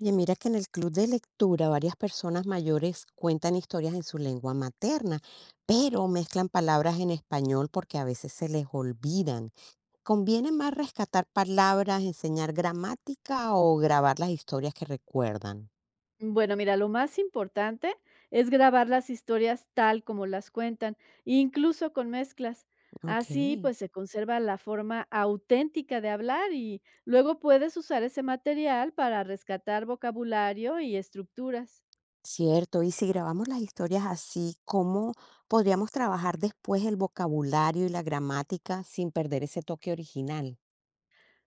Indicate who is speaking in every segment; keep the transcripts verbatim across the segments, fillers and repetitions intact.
Speaker 1: Oye, mira que en el club de lectura varias personas mayores cuentan historias en su lengua materna, pero mezclan palabras en español porque a veces se les olvidan. ¿Conviene más rescatar palabras, enseñar gramática o grabar las historias que recuerdan?
Speaker 2: Bueno, mira, lo más importante es grabar las historias tal como las cuentan, incluso con mezclas.
Speaker 1: Ok,
Speaker 2: Así pues se conserva la forma auténtica de hablar y luego puedes usar ese material para rescatar vocabulario y estructuras.
Speaker 1: cierto. Y si grabamos las historias así, ¿cómo podríamos trabajar después el vocabulario y la gramática sin perder ese toque original?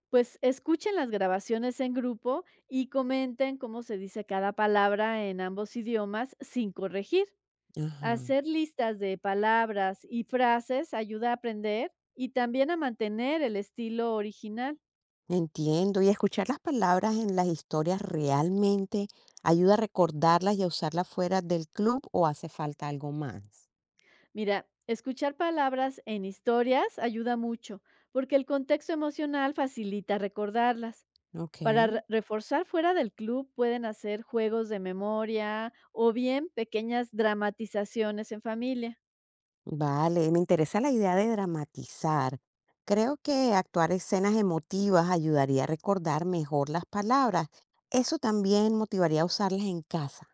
Speaker 2: Pues escuchen las grabaciones en grupo y comenten cómo se dice cada palabra en ambos idiomas sin corregir.
Speaker 1: Ajá.
Speaker 2: Hacer listas de palabras y frases ayuda a aprender y también a mantener el estilo original.
Speaker 1: Entiendo, y escuchar las palabras en las historias realmente ayuda a recordarlas y a usarlas fuera del club o hace falta algo más.
Speaker 2: Mira, escuchar palabras en historias ayuda mucho porque el contexto emocional facilita recordarlas.
Speaker 1: Ok.
Speaker 2: Para re- reforzar fuera del club pueden hacer juegos de memoria o bien pequeñas dramatizaciones en familia.
Speaker 1: Vale, me interesa la idea de dramatizar. Creo que actuar escenas emotivas ayudaría a recordar mejor las palabras. Eso también motivaría a usarlas en casa.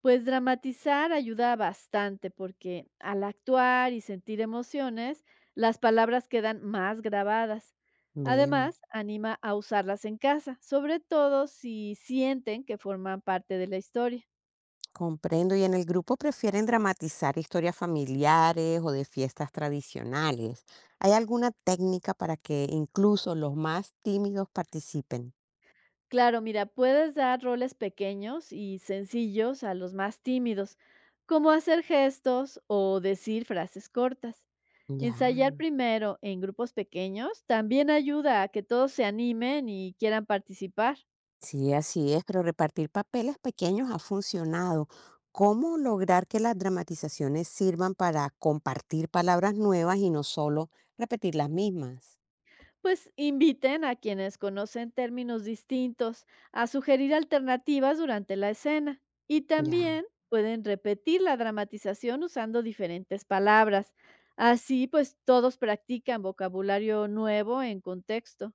Speaker 2: Pues dramatizar ayuda bastante porque al actuar y sentir emociones, las palabras quedan más grabadas.
Speaker 1: Veo.
Speaker 2: Además, anima a usarlas en casa, sobre todo si sienten que forman parte de la historia.
Speaker 1: Comprendo. ¿Y en el grupo prefieren dramatizar historias familiares o de fiestas tradicionales? ¿Hay alguna técnica para que incluso los más tímidos participen?
Speaker 2: Claro, mira, puedes dar roles pequeños y sencillos a los más tímidos, como hacer gestos o decir frases cortas.
Speaker 1: Ya,
Speaker 2: Ensayar primero en grupos pequeños también ayuda a que todos se animen y quieran participar.
Speaker 1: sí, así es, pero repartir papeles pequeños ha funcionado. ¿Cómo lograr que las dramatizaciones sirvan para compartir palabras nuevas y no solo repetir las mismas?
Speaker 2: Pues inviten a quienes conocen términos distintos a sugerir alternativas durante la escena y
Speaker 1: Ya.
Speaker 2: también pueden repetir la dramatización usando diferentes palabras. Así pues todos practican vocabulario nuevo en contexto.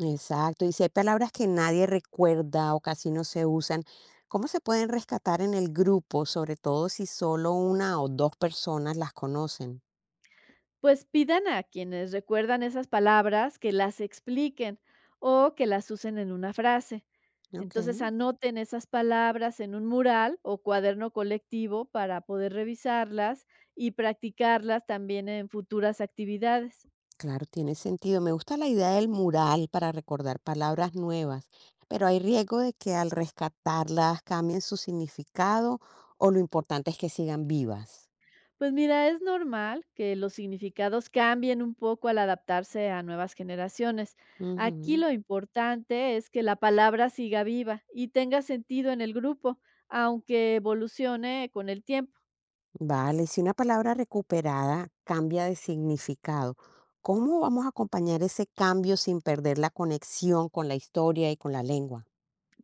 Speaker 1: Exacto, y si hay palabras que nadie recuerda o casi no se usan, ¿cómo se pueden rescatar en el grupo, sobre todo si solo una o dos personas las conocen?
Speaker 2: Pues pidan a quienes recuerdan esas palabras que las expliquen o que las usen en una frase.
Speaker 1: Ok,
Speaker 2: Entonces anoten esas palabras en un mural o cuaderno colectivo para poder revisarlas y practicarlas también en futuras actividades.
Speaker 1: claro, tiene sentido. Me gusta la idea del mural para recordar palabras nuevas, pero hay riesgo de que al rescatarlas cambien su significado o lo importante es que sigan vivas.
Speaker 2: Pues mira, es normal que los significados cambien un poco al adaptarse a nuevas generaciones. Aquí lo importante es que la palabra siga viva y tenga sentido en el grupo, aunque evolucione con el tiempo.
Speaker 1: Vale, si una palabra recuperada cambia de significado, ¿cómo vamos a acompañar ese cambio sin perder la conexión con la historia y con la lengua?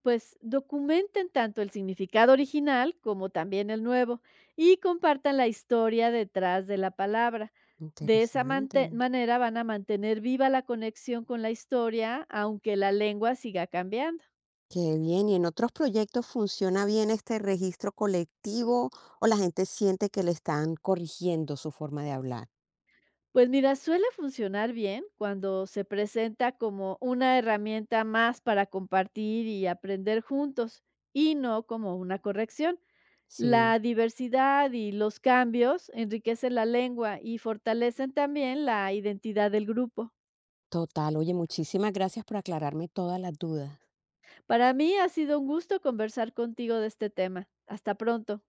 Speaker 2: Pues documenten tanto el significado original como también el nuevo y compartan la historia detrás de la palabra. De esa
Speaker 1: Interesante.
Speaker 2: mante- manera van a mantener viva la conexión con la historia, aunque la lengua siga cambiando.
Speaker 1: Qué bien, ¿y en otros proyectos funciona bien este registro colectivo o la gente siente que le están corrigiendo su forma de hablar?
Speaker 2: Pues mira, suele funcionar bien cuando se presenta como una herramienta más para compartir y aprender juntos y no como una corrección.
Speaker 1: Sí,
Speaker 2: La diversidad y los cambios enriquecen la lengua y fortalecen también la identidad del grupo.
Speaker 1: total. Oye, muchísimas gracias por aclararme todas las dudas.
Speaker 2: Para mí ha sido un gusto conversar contigo de este tema. Hasta pronto.